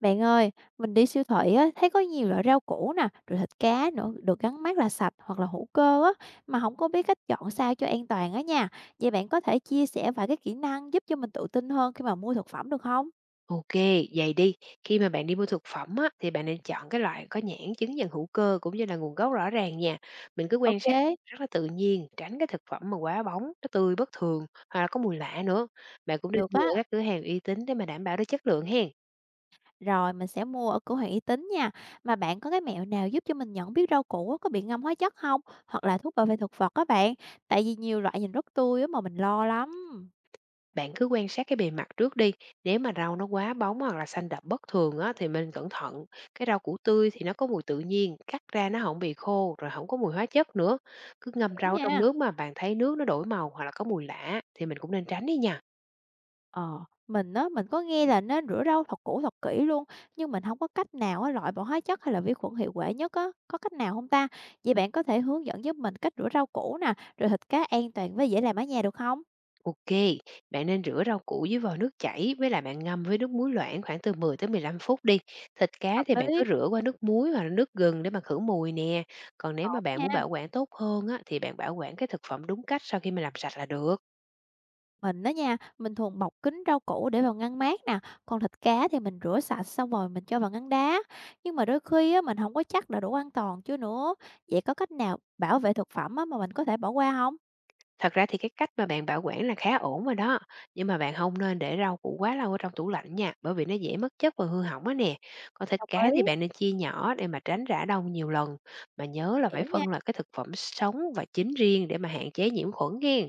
Bạn ơi, mình đi siêu thị á, thấy có nhiều loại rau củ nè, rồi thịt cá nữa, được gắn mác là sạch hoặc là hữu cơ á, mà không có biết cách chọn sao cho an toàn á nha. Vậy bạn có thể chia sẻ vài cái kỹ năng giúp cho mình tự tin hơn khi mà mua thực phẩm được không? OK, vậy đi, khi mà bạn đi mua thực phẩm á, thì bạn nên chọn cái loại có nhãn chứng nhận hữu cơ cũng như là nguồn gốc rõ ràng nha. Mình cứ quan sát Ok, rất là tự nhiên, tránh cái thực phẩm mà quá bóng, nó tươi bất thường hoặc là có mùi lạ nữa. Bạn cũng nên được mua á. ở các cửa hàng uy tín để mà đảm bảo được chất lượng hen. Rồi mình sẽ mua ở cửa hàng uy tín nha. Mà bạn có cái mẹo nào giúp cho mình nhận biết rau củ á, có bị ngâm hóa chất không? Hoặc là thuốc bảo vệ thực vật á bạn. Tại vì nhiều loại nhìn rất tươi á mà mình lo lắm. Bạn cứ quan sát cái bề mặt trước đi, nếu mà rau nó quá bóng hoặc là xanh đậm bất thường á, thì mình cẩn thận. Cái rau củ tươi thì nó có mùi tự nhiên, cắt ra nó không bị khô, rồi không có mùi hóa chất nữa. Cứ ngâm Hiểu rau trong nha. nước mà bạn thấy nước nó đổi màu hoặc là có mùi lạ thì mình cũng nên tránh đi nha. Ờ, mình á, mình có nghe là nên rửa rau thật cũ thật kỹ luôn, nhưng mình không có cách nào á loại bỏ hóa chất hay là vi khuẩn hiệu quả nhất á, có cách nào không ta? Vậy bạn có thể hướng dẫn giúp mình cách rửa rau củ nè, rồi thịt cá an toàn với dễ làm ở nhà được không? Ok, bạn nên rửa rau củ với vòi nước chảy với lại bạn ngâm với nước muối loãng khoảng từ 10 tới 15 phút đi. Thịt cá thì Hợp bạn lý, cứ rửa qua nước muối hoặc là nước gừng để mà khử mùi nè. Còn nếu mà ổn bạn muốn nha. bảo quản tốt hơn á, thì bạn bảo quản cái thực phẩm đúng cách sau khi mà làm sạch là được. Mình á nha, mình thường bọc kín rau củ để vào ngăn mát nè, còn thịt cá thì mình rửa sạch xong rồi mình cho vào ngăn đá. Nhưng mà đôi khi á, mình không có chắc là đủ an toàn chưa nữa, vậy có cách nào bảo vệ thực phẩm á mà mình có thể bỏ qua không? Thật ra thì cái cách mà bạn bảo quản là khá ổn rồi đó, nhưng mà bạn không nên để rau củ quá lâu ở trong tủ lạnh nha, bởi vì nó dễ mất chất và hư hỏng á nè. Còn thịt Đồng cá ý, thì bạn nên chia nhỏ để mà tránh rã đông nhiều lần, mà nhớ mình là phải hiểu nha. phân loại cái thực phẩm sống và chín riêng để mà hạn chế nhiễm khuẩn nha.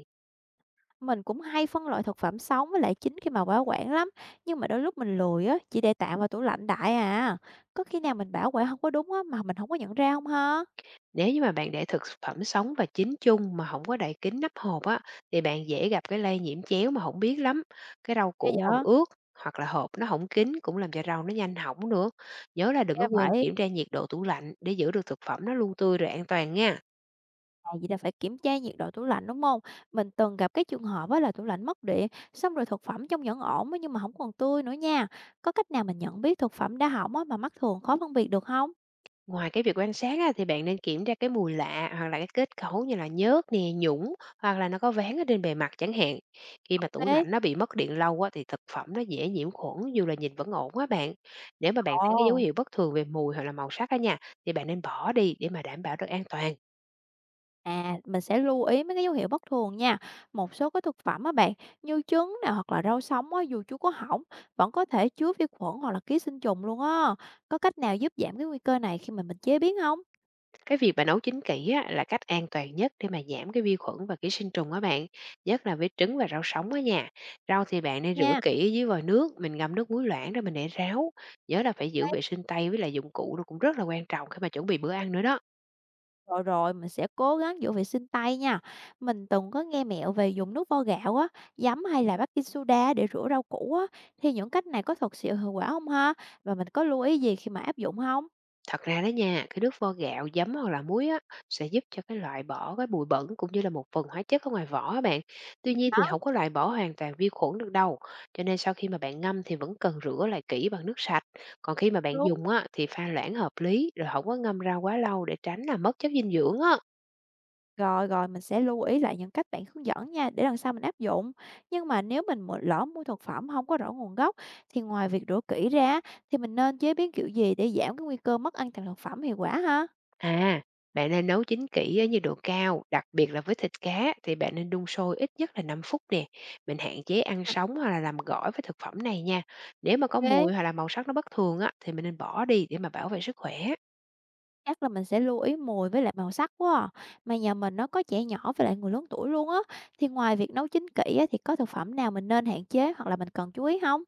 Mình cũng hay phân loại thực phẩm sống với lại chín khi mà bảo quản lắm, nhưng mà đôi lúc mình lười á, chỉ để tạm vào tủ lạnh đại à. Có khi nào mình bảo quản không có đúng á mà mình không có nhận ra không ha? Nếu như mà bạn để thực phẩm sống và chín chung mà không có đậy kín nắp hộp á, thì bạn dễ gặp cái lây nhiễm chéo mà không biết lắm. Cái rau Ghê củ vậy? còn ướt hoặc là hộp nó hổng kín cũng làm cho rau nó nhanh hỏng nữa. Nhớ là đừng có Ra quên vậy, kiểm tra nhiệt độ tủ lạnh để giữ được thực phẩm nó luôn tươi rồi an toàn nha. à, vậy là phải kiểm tra nhiệt độ tủ lạnh, đúng không? Mình từng gặp cái trường hợp á là tủ lạnh mất điện, xong rồi thực phẩm trong vẫn ổn á nhưng mà không còn tươi nữa nha. Có cách nào mình nhận biết thực phẩm đã hỏng á mà mắt thường khó phân biệt được không? Ngoài cái việc quan sát á, thì bạn nên kiểm tra cái mùi lạ hoặc là cái kết cấu như là nhớt nè, nhũng hoặc là nó có ván ở trên bề mặt chẳng hạn. Khi mà tủ Thế lạnh nó bị mất điện lâu á, thì thực phẩm nó dễ nhiễm khuẩn dù là nhìn vẫn ổn á bạn. Nếu mà bạn thấy cái dấu ồ! hiệu bất thường về mùi hoặc là màu sắc á nha, thì bạn nên bỏ đi để mà đảm bảo được an toàn. À, mình sẽ lưu ý mấy cái dấu hiệu bất thường nha. Một số cái thực phẩm á bạn, như trứng nè hoặc là rau sống á, dù chưa có hỏng, vẫn có thể chứa vi khuẩn hoặc là ký sinh trùng luôn á. Có cách nào giúp giảm cái nguy cơ này khi mà mình chế biến không? Cái việc mà nấu chín kỹ á, là cách an toàn nhất để mà giảm cái vi khuẩn và ký sinh trùng á bạn, nhất là với trứng và rau sống á nha. Rau thì bạn nên rửa Nha. kỹ dưới vòi nước, mình ngâm nước muối loãng rồi mình để ráo. Nhớ là phải giữ vệ sinh tay với lại dụng cụ nó cũng rất là quan trọng khi mà chuẩn bị bữa ăn nữa đó. Rồi rồi, mình sẽ cố gắng giữ vệ sinh tay nha. Mình từng có nghe mẹo về dùng nước vo gạo á, giấm hay là baking soda để rửa rau củ á. Thì những cách này có thật sự hiệu quả không ha? Và mình có lưu ý gì khi mà áp dụng không? Thật ra đó nha, cái nước vo gạo, giấm hoặc là muối á, sẽ giúp cho cái loại bỏ cái bụi bẩn cũng như là một phần hóa chất ở ngoài vỏ á bạn. Tuy nhiên Đó, thì không có loại bỏ hoàn toàn vi khuẩn được đâu. Cho nên sau khi mà bạn ngâm thì vẫn cần rửa lại kỹ bằng nước sạch. Còn khi mà bạn đúng. dùng á, thì pha loãng hợp lý rồi không có ngâm ra quá lâu để tránh là mất chất dinh dưỡng á. Rồi, mình sẽ lưu ý lại những cách bạn hướng dẫn nha, để lần sau mình áp dụng. Nhưng mà nếu mình lỡ mua thực phẩm không có rõ nguồn gốc, thì ngoài việc rửa kỹ ra thì mình nên chế biến kiểu gì để giảm cái nguy cơ mất an toàn thực phẩm hiệu quả ha? À, bạn nên nấu chín kỹ ở nhiệt độ cao, đặc biệt là với thịt cá thì bạn nên đun sôi ít nhất là 5 phút nè. Mình hạn chế ăn À. sống hoặc là làm gỏi với thực phẩm này nha. Nếu Ô, mà có mùi hoặc là màu sắc nó bất thường á thì mình nên bỏ đi để mà bảo vệ sức khỏe. chắc là mình sẽ lưu ý mùi với lại màu sắc quá à. Mà nhà mình nó có trẻ nhỏ với lại người lớn tuổi luôn á, thì ngoài việc nấu chín kỹ á, thì có thực phẩm nào mình nên hạn chế hoặc là mình cần chú ý không?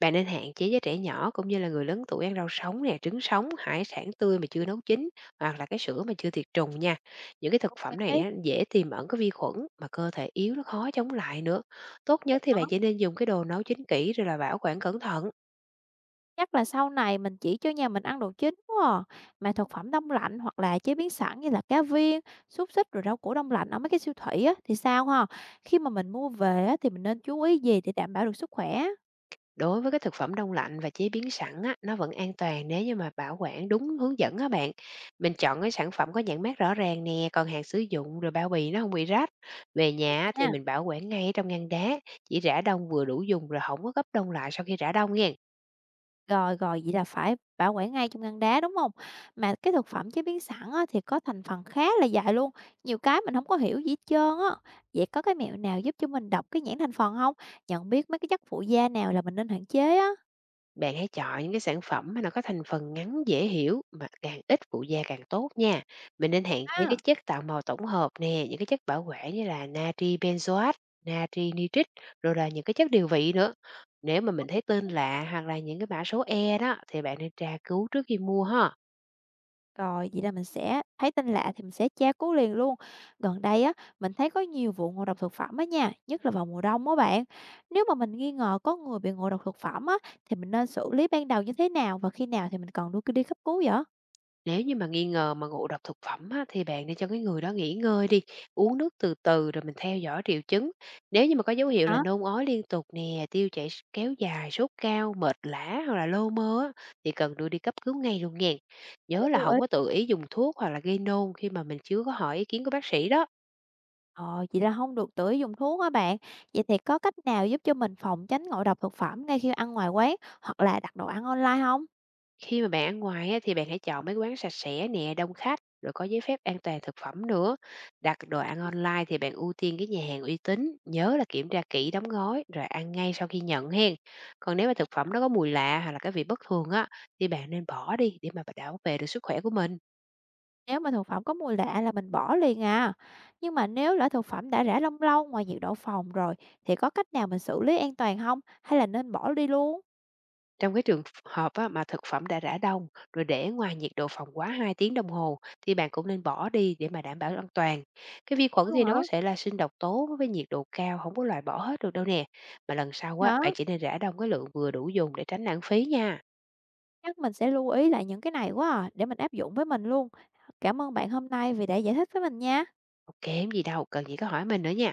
Bạn nên hạn chế với trẻ nhỏ cũng như là người lớn tuổi ăn rau sống nè, trứng sống, hải sản tươi mà chưa nấu chín hoặc là cái sữa mà chưa tiệt trùng nha. Những cái thực phẩm này Ê. á, dễ tiềm ẩn cái vi khuẩn mà cơ thể yếu nó khó chống lại nữa. Tốt nhất thì bạn chỉ nên dùng cái đồ nấu chín kỹ rồi là bảo quản cẩn thận. Chắc là sau này mình chỉ cho nhà mình ăn đồ chín quá à. Mà thực phẩm đông lạnh hoặc là chế biến sẵn như là cá viên, xúc xích rồi rau củ đông lạnh ở mấy cái siêu thị á thì sao ha? Khi mà mình mua về á thì mình nên chú ý gì để đảm bảo được sức khỏe? Đối với cái thực phẩm đông lạnh và chế biến sẵn á, nó vẫn an toàn nếu như mà bảo quản đúng hướng dẫn á bạn. Mình chọn cái sản phẩm có nhãn mác rõ ràng nè, còn hàng sử dụng rồi bao bì nó không bị rách. Về Được nhà á thì nha. mình bảo quản ngay trong ngăn đá, chỉ rã đông vừa đủ dùng rồi không có gấp đông lại sau khi rã đông nha. Rồi rồi, vậy là phải bảo quản ngay trong ngăn đá đúng không? Mà cái thực phẩm chế biến sẵn á thì có thành phần khá là dài luôn, nhiều cái mình không có hiểu gì hết trơn á. Vậy có cái mẹo nào giúp cho mình đọc cái nhãn thành phần không? Nhận biết mấy cái chất phụ gia nào là mình nên hạn chế á? Bạn hãy chọn những cái sản phẩm mà nó có thành phần ngắn dễ hiểu mà càng ít phụ gia càng tốt nha. Mình nên hạn chế cái À. chất tạo màu tổng hợp nè, những cái chất bảo quản như là natri benzoate, natri nitrit, rồi là những cái chất điều vị nữa. Nếu mà mình thấy tên lạ hoặc là những cái mã số E đó thì bạn nên tra cứu trước khi mua ha. Rồi, vậy là mình sẽ thấy tin lạ thì mình sẽ tra cứu liền luôn. Gần đây á, mình thấy có nhiều vụ ngộ độc thực phẩm á nha, nhất là vào mùa đông á bạn. Nếu mà mình nghi ngờ có người bị ngộ độc thực phẩm á, thì mình nên xử lý ban đầu như thế nào và khi nào thì mình cần đưa đi cấp cứu vậy? Nếu như mà nghi ngờ mà ngộ độc thực phẩm á, thì bạn nên cho cái người đó nghỉ ngơi đi, uống nước từ từ rồi mình theo dõi triệu chứng. Nếu như mà có dấu hiệu là Hả? nôn ói liên tục nè, kéo dài, sốt cao, mệt lả hoặc là lô mơ á, thì cần đưa đi cấp cứu ngay luôn nha. Mình Nhớ nên là lưu ý. không có tự ý dùng thuốc hoặc là gây nôn khi mà mình chưa có hỏi ý kiến của bác sĩ đó. Ờ, vậy là không được tự ý dùng thuốc á bạn. Vậy thì có cách nào giúp cho mình phòng tránh ngộ độc thực phẩm ngay khi ăn ngoài quán hoặc là đặt đồ ăn online không? Khi mà bạn ăn ngoài á, thì bạn hãy chọn mấy quán sạch sẽ nè, đông khách, rồi có giấy phép an toàn thực phẩm nữa. Đặt đồ ăn online thì bạn ưu tiên cái nhà hàng uy tín, nhớ là kiểm tra kỹ đóng gói rồi ăn ngay sau khi nhận hen. Còn nếu mà thực phẩm nó có mùi lạ hoặc là cái vị bất thường á thì bạn nên bỏ đi để mà bảo vệ được sức khỏe của mình. Nếu mà thực phẩm có mùi lạ là mình bỏ liền à. Nhưng mà nếu lỡ thực phẩm đã rã lông lâu ngoài nhiệt độ phòng rồi thì có cách nào mình xử lý an toàn không? Hay là nên bỏ đi luôn? Trong cái trường hợp á, mà thực phẩm đã rã đông, rồi để ngoài nhiệt độ phòng quá 2 tiếng đồng hồ thì bạn cũng nên bỏ đi để mà đảm bảo an toàn. Cái vi khuẩn Bỏ luôn thì hả? nó có thể là sinh độc tố với nhiệt độ cao, không có loại bỏ hết được đâu nè. Mà lần sau á, Hả? bạn chỉ nên rã đông cái lượng vừa đủ dùng để tránh lãng phí nha. Chắc mình sẽ lưu ý lại những cái này quá à, để mình áp dụng với mình luôn. Cảm ơn bạn hôm nay vì đã giải thích với mình nha. Hông kém gì đâu, cần gì có hỏi mình nữa nha.